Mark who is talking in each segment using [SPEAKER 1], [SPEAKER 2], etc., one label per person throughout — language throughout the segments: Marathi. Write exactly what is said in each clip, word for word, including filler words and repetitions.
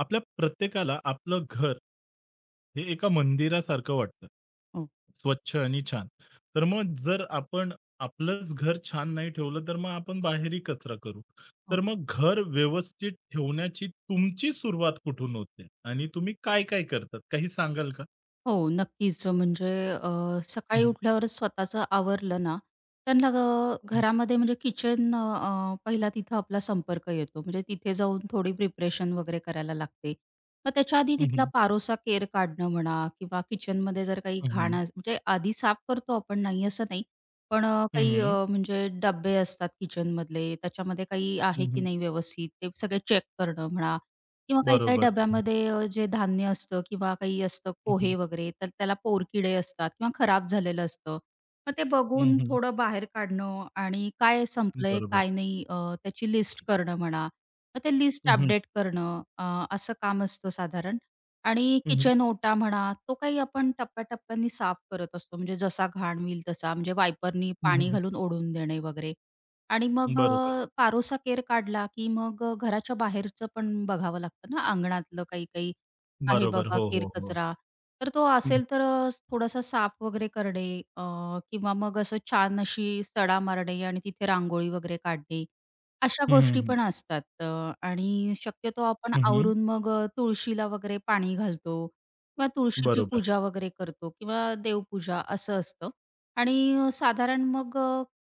[SPEAKER 1] आपल्या प्रत्येकाला आपलं घर हे एका मंदिरासारखं वाटतं.
[SPEAKER 2] हो,
[SPEAKER 1] स्वच्छ आणि छान. तर मग जर आपण आपलंच घर छान नाही ठेवलं, तर मग आपण बाहेरही कचरा करू.
[SPEAKER 2] हो.
[SPEAKER 1] तर मग घर व्यवस्थित ठेवण्याची तुमची सुरुवात कुठून होते? आणि तुम्ही काय-काय करतात? काही सांगाल का?
[SPEAKER 2] हो, नक्कीच. म्हणजे अ,
[SPEAKER 1] हं,
[SPEAKER 2] सकाळी
[SPEAKER 1] हं,
[SPEAKER 2] उठल्यावरच स्वतःचं आवरलं ना, त्यांना अ,
[SPEAKER 1] हं,
[SPEAKER 2] घरामध्ये म्हणजे किचन अ, पहिला तिथं आपला संपर्क येतो. म्हणजे तिथे जाऊन थोडी प्रिपरेशन वगैरे करायला लागते. मग त्याच्या आधी
[SPEAKER 1] हं,
[SPEAKER 2] तिथला
[SPEAKER 1] हं,
[SPEAKER 2] पारोसा केर काढणं म्हणा किंवा किचनमध्ये जर काही घाण अस म्हणजे आधी साफ करतो आपण, नाही असं नाही. पण अ, काही अ, म्हणजे डब्बे असतात किचनमधले, त्याच्यामध्ये काही आहे की नाही व्यवस्थित, ते सगळे चेक करणं म्हणा किंवा काही-काही
[SPEAKER 1] बरोबर. हं,
[SPEAKER 2] डब्यामध्ये अ, जे धान्य असतं किंवा काही असतं
[SPEAKER 1] हं,
[SPEAKER 2] पोहे वगैरे, तर त्याला पोरकिडे असतात किंवा खराब झालेलं असतं. मग ते बघून थोडं बाहेर काढणं आणि काय संपलंय,
[SPEAKER 1] बरोबर.
[SPEAKER 2] काय नाही अ, त्याची लिस्ट करणं म्हणा. मग ते लिस्ट
[SPEAKER 1] हं, हं,
[SPEAKER 2] अपडेट करणं अ, असं काम असतं साधारण आणि
[SPEAKER 1] हं,
[SPEAKER 2] किचन ओटा म्हणा, तो काही आपण टप्प्याटप्प्याने साफ करत असतो. म्हणजे जसा घाण होईल तसा, म्हणजे वायपरनी पाणी घालून ओढून देणे वगैरे. आणि मग अ,
[SPEAKER 1] बरोबर.
[SPEAKER 2] पारोसा केर काढला, की मग अ, घराच्या बाहेरचं पण बघावं लागतं ना, अंगणातलं काही-काही आहे
[SPEAKER 1] बरोबर.
[SPEAKER 2] बाबा
[SPEAKER 1] हो, हो, हो.
[SPEAKER 2] केर-कचरा. तर तो
[SPEAKER 1] हं,
[SPEAKER 2] असेल तर अ, थोडासा साफ वगैरे करणे अ, किंवा मग असं छान अशी सडा मारणे आणि तिथे रांगोळी वगैरे काढणे. अशा
[SPEAKER 1] हं,
[SPEAKER 2] गोष्टी
[SPEAKER 1] हं,
[SPEAKER 2] पण असतात अ, आणि शक्यतो आपण आवरून मग अ, तुळशीला वगैरे पाणी घालतो किंवा तुळशीची
[SPEAKER 1] बरोबर.
[SPEAKER 2] पूजा वगैरे करतो किंवा देवपूजा असं असतं आणि साधारण मग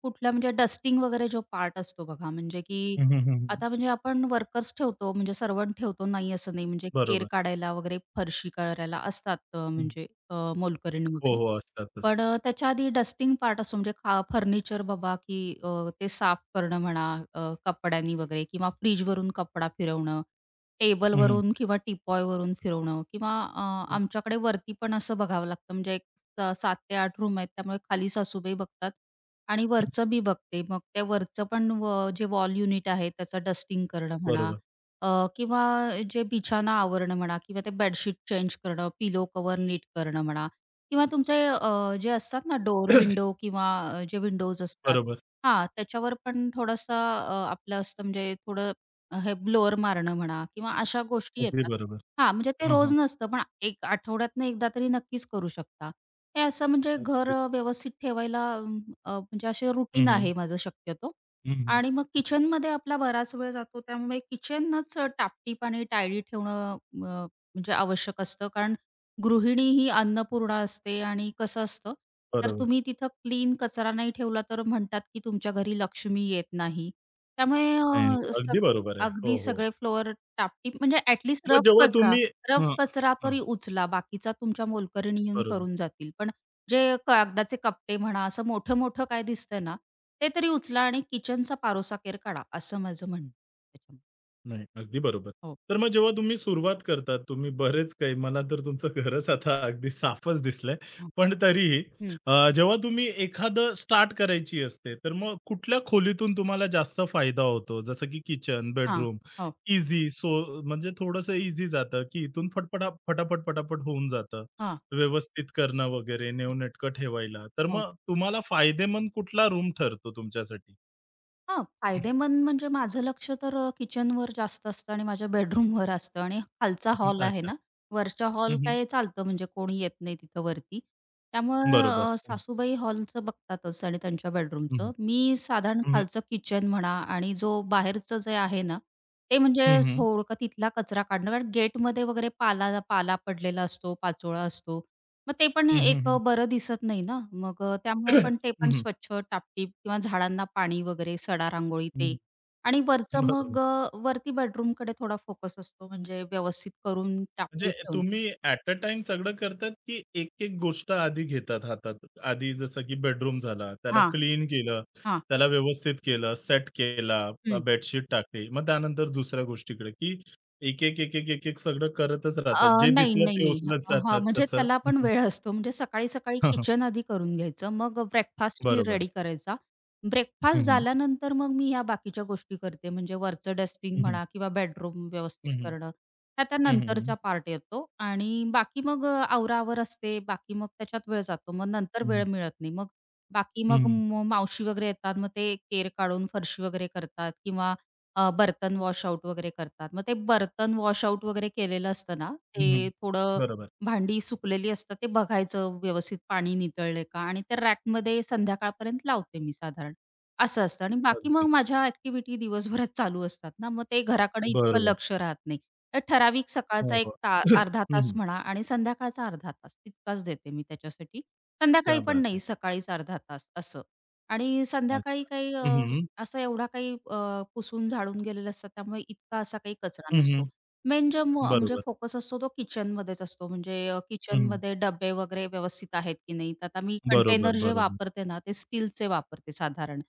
[SPEAKER 2] कुठला म्हणजे डस्टिंग वगैरे जो पार्ट असतो बघा, म्हणजे की
[SPEAKER 1] हं, हं, हं, हं.
[SPEAKER 2] आता म्हणजे आपण वर्कर्स ठेवतो, म्हणजे सर्व्हंट ठेवतो, नाही असं नाही. म्हणजे केर
[SPEAKER 1] बरोबर.
[SPEAKER 2] काढायला वगैरे, फरशी करायला असतात अ,
[SPEAKER 1] हं.
[SPEAKER 2] म्हणजे अ, मोलकरीण
[SPEAKER 1] हो,
[SPEAKER 2] वगैरे.
[SPEAKER 1] हो. असतात,
[SPEAKER 2] पण अ,
[SPEAKER 1] असतात.
[SPEAKER 2] त्याच्या आधी डस्टिंग पार्ट असतो, म्हणजे खा फर्निचर बाबा की अ, ते साफ करणं म्हणा अ, कपड्यांनी वगैरे किंवा फ्रिजवरून कपडा फिरवणं,
[SPEAKER 1] हं, हं.
[SPEAKER 2] टेबलवरून किंवा टीपॉयवरून फिरवणं किंवा अ,
[SPEAKER 1] हं,
[SPEAKER 2] आमच्याकडे वरती पण असं बघावं लागतं. म्हणजे एक सात ते आठ रूम आहेत, त्यामुळे खाली सासूबाई बघतात. आणि
[SPEAKER 1] हं.
[SPEAKER 2] वरचं मी बघते. मग त्या वरचं पण व जे वॉल युनिट आहे त्याचं डस्टिंग करणं म्हणा
[SPEAKER 1] बरोबर.
[SPEAKER 2] अ, किंवा जे बिछाना आवरणं म्हणा किंवा ते बेडशीट चेंज करणं, पिलो कव्हर नीट करणं म्हणा किंवा तुमचे अ, जे असतात ना डोर विंडो किंवा अ, जे विंडोज असतात
[SPEAKER 1] बरोबर.
[SPEAKER 2] हां, त्याच्यावर पण थोडासा अ, आपलं असतं म्हणजे थोडं हे ब्लोअर मारणं म्हणा किंवा अशा गोष्टी
[SPEAKER 1] अगदी
[SPEAKER 2] येतात.
[SPEAKER 1] बरोबर.
[SPEAKER 2] हां, म्हणजे ते
[SPEAKER 1] हां,
[SPEAKER 2] रोज
[SPEAKER 1] हां.
[SPEAKER 2] नसतं, पण एक आठवड्यातनं एकदा तरी नक्कीच करू शकता. ते असं म्हणजे घर
[SPEAKER 1] अगदीच.
[SPEAKER 2] अ, व्यवस्थित ठेवायला अं, अ, म्हणजे असे
[SPEAKER 1] हं,
[SPEAKER 2] रुटीन
[SPEAKER 1] हं.
[SPEAKER 2] आहे माझं शक्यतो.
[SPEAKER 1] हं, हं.
[SPEAKER 2] आणि मग किचनमध्ये आपला बराच वेळ जातो, त्यामुळे किचनच अ, टापटीप आणि टायडी ठेवणं अ, म्हणजे आवश्यक असतं. कारण गृहिणी ही अन्नपूर्णा असते आणि कसं असतं, तर
[SPEAKER 1] बरोबर.
[SPEAKER 2] तुम्ही तिथं क्लीन कचरा नाही ठेवला, तर म्हणतात की तुमच्या घरी लक्ष्मी येत नाही. त्यामुळे
[SPEAKER 1] नाही,
[SPEAKER 2] अ, सग
[SPEAKER 1] अगदी बरोबर आहे.
[SPEAKER 2] अगदी
[SPEAKER 1] हो, हो.
[SPEAKER 2] सगळे फ्लोअर टापटीप म्हणजे ॲटलीस्ट
[SPEAKER 1] मग
[SPEAKER 2] रफ
[SPEAKER 1] जेव्हा
[SPEAKER 2] कचरा,
[SPEAKER 1] तुम्ही
[SPEAKER 2] रफ
[SPEAKER 1] हां.
[SPEAKER 2] कचरा
[SPEAKER 1] हां.
[SPEAKER 2] तरी उचला. बाकीचा तुमच्या मोलकरणी येऊन
[SPEAKER 1] बरोबर.
[SPEAKER 2] करून जातील. पण जे कागदाचे कपटे म्हणा, असं मोठं-मोठं काय दिसतंय ना, ते तरी उचला आणि किचनचा पारोसाकेर काढा, असं माझं म्हणणं आहे त्याच्यामध्ये.
[SPEAKER 1] नाही, अगदी बरोबर.
[SPEAKER 2] हो.
[SPEAKER 1] तर मग जेव्हा तुम्ही सुरुवात करता, तुम्ही बरेच काही मला तर तुमचं घरच आता अगदी साफच दिसलंय.
[SPEAKER 2] हं.
[SPEAKER 1] पण तरीही
[SPEAKER 2] हं.
[SPEAKER 1] अ, जेव्हा तुम्ही एखादं स्टार्ट करायची असते, तर मग कुठल्या खोलीतून तुम्हाला जास्त फायदा होतो? जसं की किचन,
[SPEAKER 2] हां.
[SPEAKER 1] बेडरूम,
[SPEAKER 2] हो.
[SPEAKER 1] ईझी सो म्हणजे थोडंसं ईझी जातं, की इथून फटफटा फटाफट, पटापट होऊन जातं.
[SPEAKER 2] हां.
[SPEAKER 1] व्यवस्थित करणं वगैरे, नेमणटकं ठेवायला. तर
[SPEAKER 2] हो.
[SPEAKER 1] मग तुम्हाला फायदेमंद कुठला रूम ठरतो तुमच्यासाठी?
[SPEAKER 2] हां, फायदेमंद म्हणजे माझं लक्ष तर अ, किचनवर जास्त असतं आणि माझ्या बेडरूमवर असतं आणि खालचा हॉल आहे
[SPEAKER 1] अच्छा.
[SPEAKER 2] ना, वरचा हॉल
[SPEAKER 1] हं,
[SPEAKER 2] काय चालतं म्हणजे कोणी येत नाही तिथं वरती. त्यामुळं
[SPEAKER 1] बरोबर.
[SPEAKER 2] अ, सासूबाई हॉलचं बघतातच आणि त्यांच्या बेडरूमचं. मी साधारण
[SPEAKER 1] हं, हं.
[SPEAKER 2] खालचं किचन म्हणा आणि जो बाहेरचं जे आहे ना, ते म्हणजे
[SPEAKER 1] हं, हं.
[SPEAKER 2] थोडं का तिथला कचरा काढणं कारण गेटमध्ये वगैरे पाला पाला पडलेला असतो, पाचोळा असतो. मग ते पण
[SPEAKER 1] हं,
[SPEAKER 2] एक अ,
[SPEAKER 1] हं,
[SPEAKER 2] बरं दिसत नाही ना. मग त्यामुळे
[SPEAKER 1] हं.
[SPEAKER 2] पण ते
[SPEAKER 1] हं,
[SPEAKER 2] पण
[SPEAKER 1] हं.
[SPEAKER 2] स्वच्छ, टापटीप किंवा झाडांना पाणी वगैरे, सडा, रांगोळी ते आणि वरचं मग
[SPEAKER 1] बरोबर.
[SPEAKER 2] अ, वरती बेडरूमकडे थोडा फोकस असतो म्हणजे व्यवस्थित करून
[SPEAKER 1] म्हणजे
[SPEAKER 2] टापटीप ठेवणं.
[SPEAKER 1] तुम्ही ॲट अ टाईम सगळं करतात, की एक-एक गोष्ट आधी घेतात हातात? आधी जसं की बेडरूम झाला, त्याला
[SPEAKER 2] हां,
[SPEAKER 1] क्लीन केलं,
[SPEAKER 2] हां.
[SPEAKER 1] त्याला व्यवस्थित केलं, सेट केला, अ,
[SPEAKER 2] हं.
[SPEAKER 1] बेडशीट टाकली. मग त्यानंतर दुसऱ्या गोष्टीकडे, की एक-एक, एक-एक, एक-एक सगळं करतच
[SPEAKER 2] अ,
[SPEAKER 1] राहतात. जे
[SPEAKER 2] नाही,
[SPEAKER 1] दिसलं
[SPEAKER 2] नाही,
[SPEAKER 1] ते
[SPEAKER 2] नाही.
[SPEAKER 1] उचलत
[SPEAKER 2] अ, हां,
[SPEAKER 1] जातात
[SPEAKER 2] म्हणजे
[SPEAKER 1] तसं.
[SPEAKER 2] त्याला
[SPEAKER 1] हं,
[SPEAKER 2] पण
[SPEAKER 1] हं.
[SPEAKER 2] वेळ असतो. म्हणजे सकाळी-सकाळी
[SPEAKER 1] हां,
[SPEAKER 2] किचन आधी करून घ्यायचं. मग ब्रेकफास्टची
[SPEAKER 1] बरोबर.
[SPEAKER 2] रेडी करायचा. ब्रेकफास्ट झाल्यानंतर मग मी ह्या बाकीच्या गोष्टी करते. म्हणजे वरचं डस्टिंग
[SPEAKER 1] हं, हं.
[SPEAKER 2] म्हणा किंवा बेडरूम व्यवस्थित
[SPEAKER 1] हं, हं.
[SPEAKER 2] करणं. ह्या त्या
[SPEAKER 1] हं, हं,
[SPEAKER 2] नंतरचा
[SPEAKER 1] हं.
[SPEAKER 2] पार्ट येतो आणि बाकी मग अ, आवराआवर असते. बाकी मग त्याच्यात वेळ जातो. मग नंतर
[SPEAKER 1] हं,
[SPEAKER 2] वेळ मिळत नाही. मग बाकी मग
[SPEAKER 1] हं.
[SPEAKER 2] म मावशी वगैरे येतात. मग ते केर काढून फरशी वगैरे करतात किंवा अ, बर्तन वॉश आउट वगैरे करतात. मग ते बर्तन वॉश आउट वगैरे केलेलं असतं ना,
[SPEAKER 1] हं, हं.
[SPEAKER 2] ते थोडं
[SPEAKER 1] बरोबर.
[SPEAKER 2] भांडी सुकलेली असतात ते बघायचं व्यवस्थित पाणी नितळलंय का आणि ते रॅकमध्ये संध्याकाळपर्यंत लावते मी साधारण, असं असतं आणि बाकी मग
[SPEAKER 1] अगदीच.
[SPEAKER 2] माझ्या ॲक्टिव्हिटी दिवसभरात चालू असतात ना, मग ते घराकडे इतकं
[SPEAKER 1] बरोबर.
[SPEAKER 2] लक्ष राहत नाही. तर ठराविक
[SPEAKER 1] हो,
[SPEAKER 2] सकाळचा एक
[SPEAKER 1] हो.
[SPEAKER 2] ता अर्धा तास
[SPEAKER 1] हं,
[SPEAKER 2] म्हणा आणि संध्याकाळचा अर्धा तास तितकाच देते मी त्याच्यासाठी.
[SPEAKER 1] क्या
[SPEAKER 2] संध्याकाळी पण
[SPEAKER 1] बात है!
[SPEAKER 2] नाही, सकाळीच अर्धा तास असं आणि
[SPEAKER 1] अच्छा.
[SPEAKER 2] संध्याकाळी काही
[SPEAKER 1] हं, हं.
[SPEAKER 2] असं एवढा काही अ, पुसून झाडून गेलेलं असतात त्यामुळे इतका असा काही कचरा नसतो. मेन जे म म्हणजे
[SPEAKER 1] बरोबर.
[SPEAKER 2] फोकस असतो तो किचनमध्येच असतो. म्हणजे अ,
[SPEAKER 1] हं,
[SPEAKER 2] किचनमध्ये डब्बे वगैरे व्यवस्थित आहेत की नाही. तर आता मी
[SPEAKER 1] बरोबर,
[SPEAKER 2] कंटेनर जे
[SPEAKER 1] बरोबर.
[SPEAKER 2] वापरते ना ते स्टीलचे वापरते साधारण.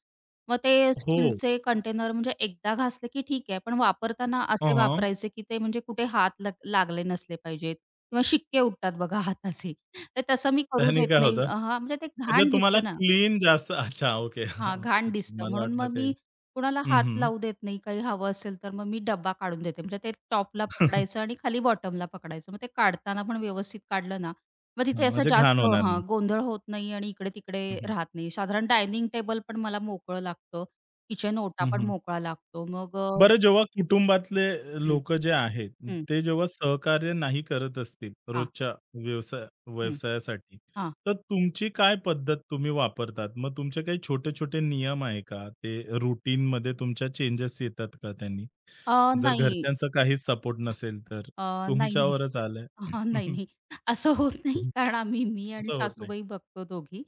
[SPEAKER 2] मग ते
[SPEAKER 1] हो.
[SPEAKER 2] स्टीलचे कंटेनर म्हणजे एकदा घासले की ठीक आहे. पण वापरताना असे
[SPEAKER 1] हं,
[SPEAKER 2] वापरायचे की ते म्हणजे कुठे हात लग लागले नसले पाहिजेत किंवा शिक्के उठतात बघा हाताचे. तर तसं मी करू
[SPEAKER 1] त्याने
[SPEAKER 2] देत
[SPEAKER 1] काय
[SPEAKER 2] नाही
[SPEAKER 1] होतं?
[SPEAKER 2] हां, म्हणजे ते
[SPEAKER 1] म्हणजे
[SPEAKER 2] घाण
[SPEAKER 1] तुम्हाला
[SPEAKER 2] दिसतं ना.
[SPEAKER 1] क्लीन जास्त अच्छा, ओके.
[SPEAKER 2] हां, घाण
[SPEAKER 1] अच्छा,
[SPEAKER 2] दिसतं
[SPEAKER 1] मला
[SPEAKER 2] म्हणून
[SPEAKER 1] वाटलं
[SPEAKER 2] मग मी
[SPEAKER 1] काही
[SPEAKER 2] कुणाला
[SPEAKER 1] हं,
[SPEAKER 2] हात
[SPEAKER 1] हं.
[SPEAKER 2] लावू देत नाही. काही हवं असेल तर मग मी डब्बा काढून देते. म्हणजे ते टॉपला पकडायचं आणि खाली बॉटमला पकडायचं. मग ते काढताना पण व्यवस्थित काढलं ना, मग तिथे
[SPEAKER 1] हां,
[SPEAKER 2] असं
[SPEAKER 1] म्हणजे घाण
[SPEAKER 2] जास्त
[SPEAKER 1] होणार
[SPEAKER 2] हां,
[SPEAKER 1] नाही.
[SPEAKER 2] गोंधळ होत नाही आणि इकडे-तिकडे राहत नाही. साधारण डायनिंग टेबल पण मला मोकळं लागतं. किचन ओटा
[SPEAKER 1] हं,
[SPEAKER 2] पण
[SPEAKER 1] हं.
[SPEAKER 2] मोकळा लागतो. मग अ,
[SPEAKER 1] बरं जेव्हा कुटुंबातले
[SPEAKER 2] हं,
[SPEAKER 1] लोक जे आहेत,
[SPEAKER 2] हं.
[SPEAKER 1] ते जेव्हा सहकार्य नाही करत असतील
[SPEAKER 2] हां,
[SPEAKER 1] रोजच्या व्यवसाय
[SPEAKER 2] हं.
[SPEAKER 1] व्यवसायासाठी,
[SPEAKER 2] हां.
[SPEAKER 1] तर तुमची काय पद्धत तुम्ही वापरतात? मग तुमचे काही छोटे-छोटे नियम आहे का? ते रुटीनमध्ये तुमच्या चेंजेस येतात का त्यांनी?
[SPEAKER 2] अ,
[SPEAKER 1] जर
[SPEAKER 2] नाही.
[SPEAKER 1] घरच्यांचा काहीच सपोर्ट नसेल तर?
[SPEAKER 2] अ, नाही, नाही.
[SPEAKER 1] तुमच्यावरच आलंय.
[SPEAKER 2] हां, नाही, नाही. असं होत नाही कारण आम्ही मी आणि
[SPEAKER 1] असं होत नाही.
[SPEAKER 2] सासूबाई बघतो दोघी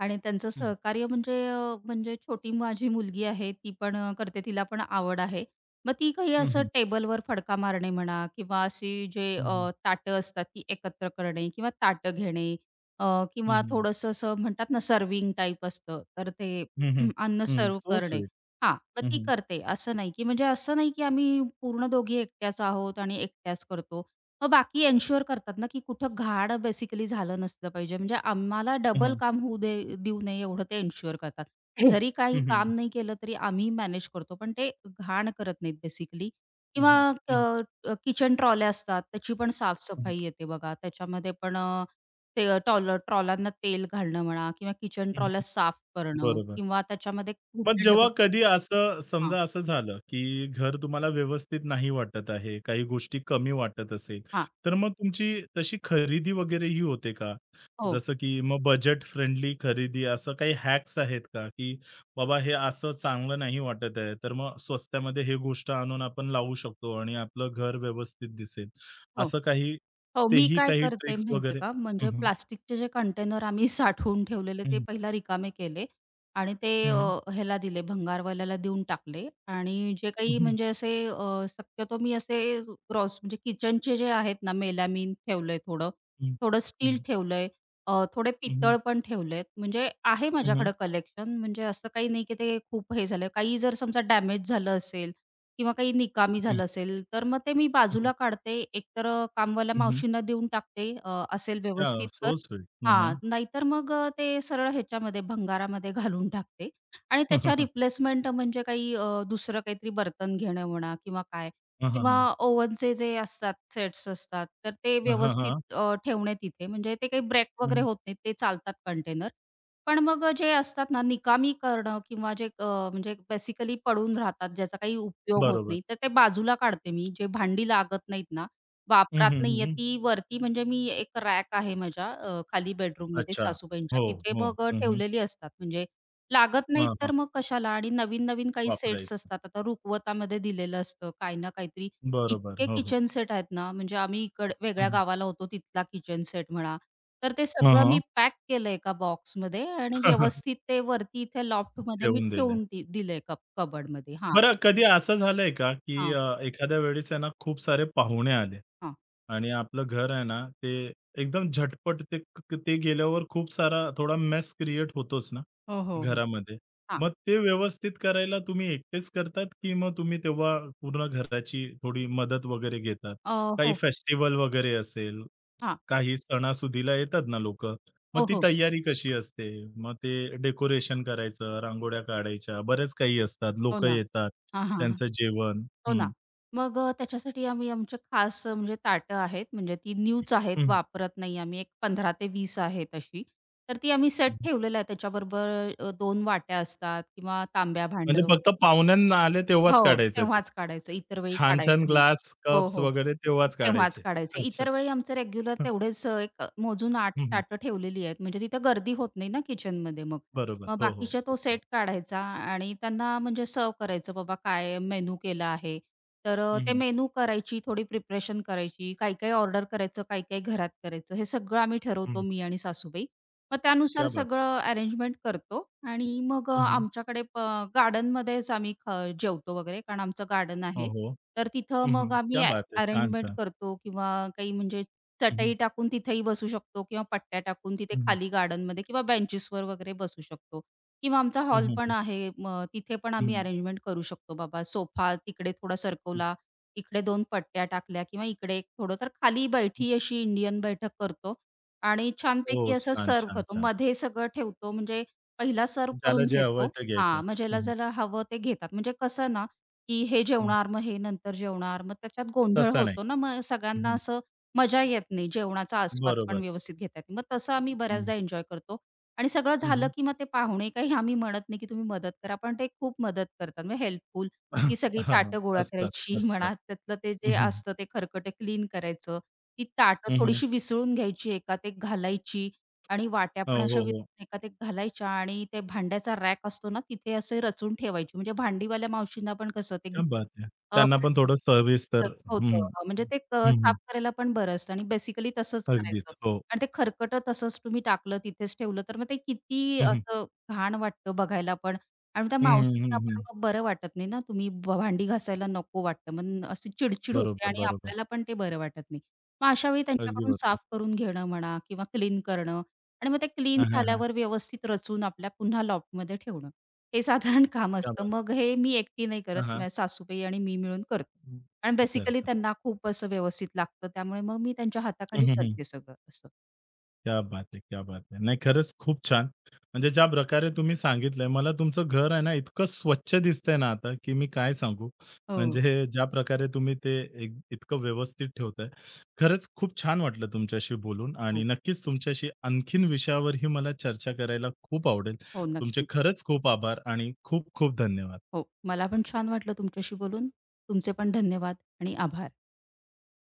[SPEAKER 2] आणि त्यांचं
[SPEAKER 1] हं,
[SPEAKER 2] सहकार्य म्हणजे अ, म्हणजे छोटी माझी मुलगी आहे, ती पण अ, करते, तिला पण आवड आहे. मग ती काही
[SPEAKER 1] हं,
[SPEAKER 2] असं
[SPEAKER 1] हं,
[SPEAKER 2] टेबलवर फडका मारणे म्हणा किंवा अशी जे
[SPEAKER 1] हं, हं,
[SPEAKER 2] अ, ताटं असतात ती एकत्र करणे किंवा ताटं घेणे अ,
[SPEAKER 1] हं,
[SPEAKER 2] किंवा
[SPEAKER 1] हं,
[SPEAKER 2] थोडंसं असं म्हणतात ना सर्व्हिंग टाईप असतं, तर ते
[SPEAKER 1] हं, हं,
[SPEAKER 2] अन्न
[SPEAKER 1] हं.
[SPEAKER 2] सर्व्ह
[SPEAKER 1] सो
[SPEAKER 2] करणे.
[SPEAKER 1] स्वीट.
[SPEAKER 2] हां, मग
[SPEAKER 1] हं,
[SPEAKER 2] ती
[SPEAKER 1] हं,
[SPEAKER 2] करते. असं नाही, की म्हणजे असं नाही, की आम्ही पूर्ण दोघी एकट्याच आहोत आणि एकट्याच करतो. मग बाकी एन्शुअर करतात ना, की कुठं घाण बेसिकली झालं नसलं पाहिजे. म्हणजे आम्हाला डबल
[SPEAKER 1] हं,
[SPEAKER 2] काम होऊ दे देऊ नये एवढं ते एन्शुअर करतात. जरी काही काम नाही केलं तरी आम्ही मॅनेज करतो, पण ते घाण करत नाहीत बेसिकली किंवा अ, किचन ट्रॉल्या असतात त्याची पण साफ-सफाई येते बघा. त्याच्यामध्ये पण अ, ते टॉल ट्रॉलांना तेल घालणं म्हणा किंवा किचन ट्रॉल्या साफ करणं
[SPEAKER 1] बरोबर.
[SPEAKER 2] किंवा त्याच्यामध्ये
[SPEAKER 1] मग
[SPEAKER 2] कुठल्या
[SPEAKER 1] जेव्हा
[SPEAKER 2] डबा
[SPEAKER 1] कधी असं
[SPEAKER 2] हां,
[SPEAKER 1] समजा असं झालं, की घर तुम्हाला व्यवस्थित नाही वाटत आहे, काही गोष्टी कमी वाटत असेल,
[SPEAKER 2] हां.
[SPEAKER 1] तर मग तुमची तशी खरेदी वगैरे ही होते का?
[SPEAKER 2] हो,
[SPEAKER 1] जसं की मग बजेट फ्रेंडली खरेदी असं काही हॅक्स आहेत का? की बाबा हे असं चांगलं नाही वाटत आहे, तर मग स्वस्त्यामध्ये हे गोष्ट आणून आपण लावू शकतो आणि आपलं घर व्यवस्थित दिसेल.
[SPEAKER 2] हो.
[SPEAKER 1] असं काही
[SPEAKER 2] हो, मी
[SPEAKER 1] तेही
[SPEAKER 2] काय
[SPEAKER 1] काही
[SPEAKER 2] करते
[SPEAKER 1] ट्रिक्स
[SPEAKER 2] माहिती आहे
[SPEAKER 1] वगैरे?
[SPEAKER 2] का,
[SPEAKER 1] हं,
[SPEAKER 2] म्हणजे
[SPEAKER 1] हं.
[SPEAKER 2] प्लास्टिकचे जे कंटेनर आम्ही साठवून ठेवलेले ते
[SPEAKER 1] हं,
[SPEAKER 2] पहिला रिकामे केले आणि ते अ,
[SPEAKER 1] हं.
[SPEAKER 2] ह्याला दिले भंगारवाल्याला देऊन टाकले आणि जे
[SPEAKER 1] हं,
[SPEAKER 2] काही
[SPEAKER 1] हं.
[SPEAKER 2] म्हणजे असे अ, शक्यतो मी असे ग्रॉस म्हणजे किचनचे जे आहेत ना, मेलामीन ठेवलंय थोडं,
[SPEAKER 1] हं, हं.
[SPEAKER 2] थोडं
[SPEAKER 1] हं,
[SPEAKER 2] स्टील
[SPEAKER 1] हं.
[SPEAKER 2] ठेवलंय, अ, थोडे
[SPEAKER 1] हं,
[SPEAKER 2] पितळ पण ठेवलेत. म्हणजे आहे माझ्याकडे कलेक्शन म्हणजे असं काही नाही की ते खूप हे झालं. काही जर समजा डॅमेज झालं असेल किंवा काही निकामी झालं असेल, तर मग ते मी बाजूला काढते. एकतर अ, कामवाल्या मावशींना देऊन टाकते अ, असेल
[SPEAKER 1] या
[SPEAKER 2] व्यवस्थित तर.
[SPEAKER 1] So sweet. हं,
[SPEAKER 2] हां,
[SPEAKER 1] हं.
[SPEAKER 2] नाहीतर मग अ, ते सरळ ह्याच्यामध्ये भंगारामध्ये घालून टाकते आणि त्याच्या रिप्लेसमेंट म्हणजे काही अ, दुसरं काहीतरी बर्तन घेणं म्हणा किंवा काय
[SPEAKER 1] हं, हं,
[SPEAKER 2] किंवा
[SPEAKER 1] हं.
[SPEAKER 2] ओव्हनचे जे असतात, सेट्स असतात, तर ते
[SPEAKER 1] हां, हां.
[SPEAKER 2] व्यवस्थित अ, ठेवणे तिथे. म्हणजे ते काही ब्रेक वगैरे
[SPEAKER 1] हं.
[SPEAKER 2] होत नाहीत, ते चालतात कंटेनर. पण मग जे असतात ना, निकामी करणं किंवा जे अ, म्हणजे बेसिकली पडून राहतात, ज्याचा काही उपयोग होत
[SPEAKER 1] बरोबर.
[SPEAKER 2] नाही, तर ते बाजूला काढते मी. जे भांडी लागत नाहीत ना,
[SPEAKER 1] हं,
[SPEAKER 2] वापरात
[SPEAKER 1] हं, हं,
[SPEAKER 2] नाहीये,
[SPEAKER 1] हं.
[SPEAKER 2] ती वरती म्हणजे मी एक रॅक आहे माझ्या अ, खाली बेडरूममध्ये
[SPEAKER 1] अच्छा.
[SPEAKER 2] सासूबाईंच्या,
[SPEAKER 1] हो,
[SPEAKER 2] तिथे
[SPEAKER 1] हो.
[SPEAKER 2] मग अ,
[SPEAKER 1] हं, हं.
[SPEAKER 2] ठेवलेली असतात. म्हणजे लागत नाहीत
[SPEAKER 1] हां, हां.
[SPEAKER 2] तर मग कशाला आणि नवीन-नवीन काही सेट्स
[SPEAKER 1] वापरायचं.
[SPEAKER 2] असतात. आता रुखवतामध्ये दिलेलं असतं, काही ना काहीतरी
[SPEAKER 1] बरोबर.
[SPEAKER 2] इतके
[SPEAKER 1] हो, हो.
[SPEAKER 2] किचन सेट आहेत ना, म्हणजे आम्ही इकड वेगळ्या
[SPEAKER 1] हं.
[SPEAKER 2] गावाला होतो तिथला किचन सेट म्हणा. तर ते
[SPEAKER 1] हां,
[SPEAKER 2] सगळं
[SPEAKER 1] हां.
[SPEAKER 2] मी पॅक केलं एका बॉक्समध्ये आणि व्यवस्थित ते वरती इथे लॉफ्टमध्ये मी
[SPEAKER 1] ठेवून दिले.
[SPEAKER 2] ठेवून दि दिलंय कप कबर्डमध्ये. हां,
[SPEAKER 1] बरं कधी असं झालंय का, की
[SPEAKER 2] हां,
[SPEAKER 1] अ, एखाद्या वेळेस आहे ना, खूप सारे पाहुणे आले
[SPEAKER 2] हां.
[SPEAKER 1] आणि आपलं घर आहे ना, ते एकदम झटपट ते क ते गेल्यावर खूप सारा थोडा मेस क्रिएट होतोच ना,
[SPEAKER 2] हो, हो, हो.
[SPEAKER 1] घरामध्ये.
[SPEAKER 2] हां.
[SPEAKER 1] मग ते व्यवस्थित करायला तुम्ही एकटेच करतात, की मग तुम्ही तेव्हा पूर्ण घराची थोडी मदत वगैरे घेतात?
[SPEAKER 2] अ,
[SPEAKER 1] काही
[SPEAKER 2] हो.
[SPEAKER 1] फेस्टिवल वगैरे असेल
[SPEAKER 2] हां.
[SPEAKER 1] काही सणासुदीला येतात ना लोकं. मग
[SPEAKER 2] हो,
[SPEAKER 1] ती
[SPEAKER 2] हो.
[SPEAKER 1] तयारी कशी असते? मग ते डेकोरेशन करायचं, रांगोळ्या काढायच्या, बऱ्याच काही असतात.
[SPEAKER 2] हो
[SPEAKER 1] लोकं
[SPEAKER 2] ना.
[SPEAKER 1] येतात,
[SPEAKER 2] हां हां
[SPEAKER 1] त्यांचं जेवण.
[SPEAKER 2] हो ना.
[SPEAKER 1] हं,
[SPEAKER 2] मग अ, त्याच्यासाठी आम्ही आमचे खास अ, म्हणजे ताटं आहेत, म्हणजे ती न्यूच आहेत,
[SPEAKER 1] हं,
[SPEAKER 2] वापरत नाही आम्ही. एक पंधरा ते वीस आहेत अशी. तर ती आम्ही सेट
[SPEAKER 1] हं.
[SPEAKER 2] ठेवलेला आहे. त्याच्याबरोबर अ, दोन वाट्या असतात किंवा तांब्या
[SPEAKER 1] म्हणजे
[SPEAKER 2] भांडं
[SPEAKER 1] फक्त पाहुण्यांना आले तेव्हाच
[SPEAKER 2] हो,
[SPEAKER 1] काढायचं ते.
[SPEAKER 2] तेव्हाच काढायचं, इतर वेळी
[SPEAKER 1] छान-छान
[SPEAKER 2] काढायचं नाही.
[SPEAKER 1] ग्लास,
[SPEAKER 2] हो,
[SPEAKER 1] कप्स
[SPEAKER 2] हो.
[SPEAKER 1] वगैरे तेव्हाच
[SPEAKER 2] तेव्हाच
[SPEAKER 1] काढायचे.
[SPEAKER 2] काढायचे.
[SPEAKER 1] अच्छा.
[SPEAKER 2] इतर वेळी आमचं रेग्युलर तेवढेच अ, एक मोजून आठ
[SPEAKER 1] हं,
[SPEAKER 2] ताटं ठेवलेली आहेत. म्हणजे तिथं गर्दी होत नाही ना किचनमध्ये मग.
[SPEAKER 1] बरोबर.
[SPEAKER 2] मग
[SPEAKER 1] हो, हो,
[SPEAKER 2] बाकीच्या
[SPEAKER 1] हो,
[SPEAKER 2] तो
[SPEAKER 1] हो.
[SPEAKER 2] सेट काढायचा आणि त्यांना म्हणजे सर्व्ह करायचं बाबा काय मेनू केला आहे. तर अ,
[SPEAKER 1] हं,
[SPEAKER 2] ते
[SPEAKER 1] हं,
[SPEAKER 2] मेनू करायची, थोडी प्रिपरेशन करायची, काही-काही ऑर्डर करायचं, काही-काही घरात करायचं. हे सगळं आम्ही ठरवतो मी आणि सासूबाई. मग त्यानुसार
[SPEAKER 1] क्या बात!
[SPEAKER 2] सगळं अरेंजमेंट करतो आणि मग अ,
[SPEAKER 1] हं,
[SPEAKER 2] आमच्याकडे गार्डनमध्येच आम्ही ख जेवतो वगैरे कारण आमचं गार्डन
[SPEAKER 1] हो,
[SPEAKER 2] आहे.
[SPEAKER 1] हो.
[SPEAKER 2] तर तिथं मग
[SPEAKER 1] हं,
[SPEAKER 2] आम्ही
[SPEAKER 1] क्या बात है! छान,
[SPEAKER 2] अरेंजमेंट
[SPEAKER 1] छान.
[SPEAKER 2] करतो किंवा काही म्हणजे
[SPEAKER 1] हं, हं,
[SPEAKER 2] चटई टाकून तिथेही बसू शकतो किंवा पट्ट्या टाकून तिथे
[SPEAKER 1] हं, हं,
[SPEAKER 2] खाली गार्डनमध्ये किंवा बेंचेसवर वगैरे बसू शकतो. किंवा आमचा
[SPEAKER 1] हं,
[SPEAKER 2] हॉल पण
[SPEAKER 1] हं,
[SPEAKER 2] आहे मग तिथे पण आम्ही अरेंजमेंट करू शकतो बाबा सोफा तिकडे थोडा सरकवला, इकडे दोन पट्ट्या टाकल्या किंवा इकडे एक थोडं तर खाली बैठी अशी इंडियन बैठक करतो आणि
[SPEAKER 1] हो.
[SPEAKER 2] छानपैकी असं
[SPEAKER 1] छान,
[SPEAKER 2] सर्व्ह
[SPEAKER 1] छान,
[SPEAKER 2] करतो.
[SPEAKER 1] छान.
[SPEAKER 2] मध्ये सगळं ठेवतो म्हणजे पहिला सर्व्ह
[SPEAKER 1] ज्याला
[SPEAKER 2] करून
[SPEAKER 1] जे हवंय
[SPEAKER 2] घेतो
[SPEAKER 1] ते घ्यायचं.
[SPEAKER 2] हां, मग
[SPEAKER 1] हं,
[SPEAKER 2] ज्याला,
[SPEAKER 1] हं,
[SPEAKER 2] ज्याला हवं ते घेतात. म्हणजे कसं ना की हे
[SPEAKER 1] हं.
[SPEAKER 2] जेवणार, मग हे नंतर जेवणार. मग त्याच्यात गोंधळ
[SPEAKER 1] तसं नाही.
[SPEAKER 2] होतो ना, मग
[SPEAKER 1] हं,
[SPEAKER 2] सगळ्यांना
[SPEAKER 1] हं.
[SPEAKER 2] असं मजा येत नाही. जेवणाचा आस्वाद पण
[SPEAKER 1] बरोबर.
[SPEAKER 2] व्यवस्थित घेता येत नाही. मग तसं आम्ही
[SPEAKER 1] हं,
[SPEAKER 2] बऱ्याचदा एन्जॉय करतो आणि सगळं
[SPEAKER 1] हं,
[SPEAKER 2] झालं,
[SPEAKER 1] हं.
[SPEAKER 2] की मग ते पाहुणे काही आम्ही म्हणत नाही, की तुम्ही मदत करा, पण ते खूप मदत करतात. म्हणजे हेल्पफुल,
[SPEAKER 1] हां, हां.
[SPEAKER 2] की सगळी ताटं गोळा
[SPEAKER 1] असतात,
[SPEAKER 2] करायची
[SPEAKER 1] असतात.
[SPEAKER 2] म्हणा, त्यातलं ते
[SPEAKER 1] हं,
[SPEAKER 2] जे
[SPEAKER 1] हं.
[SPEAKER 2] असतं ते खरकटं क्लीन करायचं. ती ताटं
[SPEAKER 1] हं, हं.
[SPEAKER 2] थोडीशी विसळून घ्यायची, एकात एक घालायची आणि वाट्या
[SPEAKER 1] हो,
[SPEAKER 2] पण अशा
[SPEAKER 1] हो, हो.
[SPEAKER 2] एका ते घालायच्या आणि ते भांड्याचा रॅक असतो ना, तिथे असे रचून ठेवायची. म्हणजे भांडीवाल्या मावशींना पण कसं ते
[SPEAKER 1] क्या बात है!
[SPEAKER 2] अ,
[SPEAKER 1] त्यांना पण
[SPEAKER 2] पाठ-
[SPEAKER 1] थोडं सविस्तर
[SPEAKER 2] स-
[SPEAKER 1] हं.
[SPEAKER 2] होतं. अ, म्हणजे ते क
[SPEAKER 1] हं,
[SPEAKER 2] साफ
[SPEAKER 1] हं.
[SPEAKER 2] करायला पण बरं असतं आणि बेसिकली तसंच
[SPEAKER 1] अगदीच.
[SPEAKER 2] करायचं.
[SPEAKER 1] हो.
[SPEAKER 2] आणि ते खरकटं तसंच तुम्ही टाकलं, तिथेच ठेवलं, तर मग ते किती
[SPEAKER 1] हं, हं.
[SPEAKER 2] असं घाण वाटतं बघायला पण आणि त्या
[SPEAKER 1] हं, हं,
[SPEAKER 2] मावशींना
[SPEAKER 1] हं, हं.
[SPEAKER 2] पण मग बरं वाटत नाही ना, तुम्ही भ भांडी घासायला नको वाटतं. मग अशी चिडचिड होते
[SPEAKER 1] बरोबर,
[SPEAKER 2] आणि
[SPEAKER 1] बरोबर.
[SPEAKER 2] आपल्याला पण ते बरं वाटत नाही. मग अशा वेळी
[SPEAKER 1] अगदी
[SPEAKER 2] त्यांच्याकडून साफ
[SPEAKER 1] बरोबर.
[SPEAKER 2] करून घेणं म्हणा किंवा क्लीन करणं आणि मग ते क्लीन
[SPEAKER 1] हां, हां, हां.
[SPEAKER 2] झाल्यावर व्यवस्थित रचून आपल्या पुन्हा लॉफ्टमध्ये ठेवणं. हे साधारण काम
[SPEAKER 1] क्या
[SPEAKER 2] असतं.
[SPEAKER 1] बात है!
[SPEAKER 2] मग हे मी एकटी नाही करत.
[SPEAKER 1] हां, हां.
[SPEAKER 2] माझ्या सासूबाई आणि मी मिळून करतो. कारण बेसिकली
[SPEAKER 1] करतात.
[SPEAKER 2] त्यांना खूप असं व्यवस्थित लागतं. त्यामुळे मग मी त्यांच्या हाताखाली
[SPEAKER 1] हं, हं, हं.
[SPEAKER 2] करते सगळं असं.
[SPEAKER 1] क्या बात है! क्या बात है! नाही खरंच खूप छान. म्हणजे ज्या प्रकारे तुम्ही सांगितलंय मला तुमचं घर आहे ना इतकं स्वच्छ दिसतंय ना आता, की मी काय सांगू.
[SPEAKER 2] हो,
[SPEAKER 1] म्हणजे ज्या प्रकारे तुम्ही ते एक इतकं व्यवस्थित ठेवताय. खरंच खूप छान वाटलं तुमच्याशी बोलून आणि
[SPEAKER 2] हो,
[SPEAKER 1] नक्कीच तुमच्याशी आणखीन विषयावरही मला चर्चा करायला खूप आवडेल.
[SPEAKER 2] हो.
[SPEAKER 1] तुमचे
[SPEAKER 2] नक्कीच.
[SPEAKER 1] खरंच खूप आभार आणि खूप खूप धन्यवाद.
[SPEAKER 2] हो. मला पण छान वाटलं तुमच्याशी बोलून. तुमचे पण धन्यवाद आणि आभार.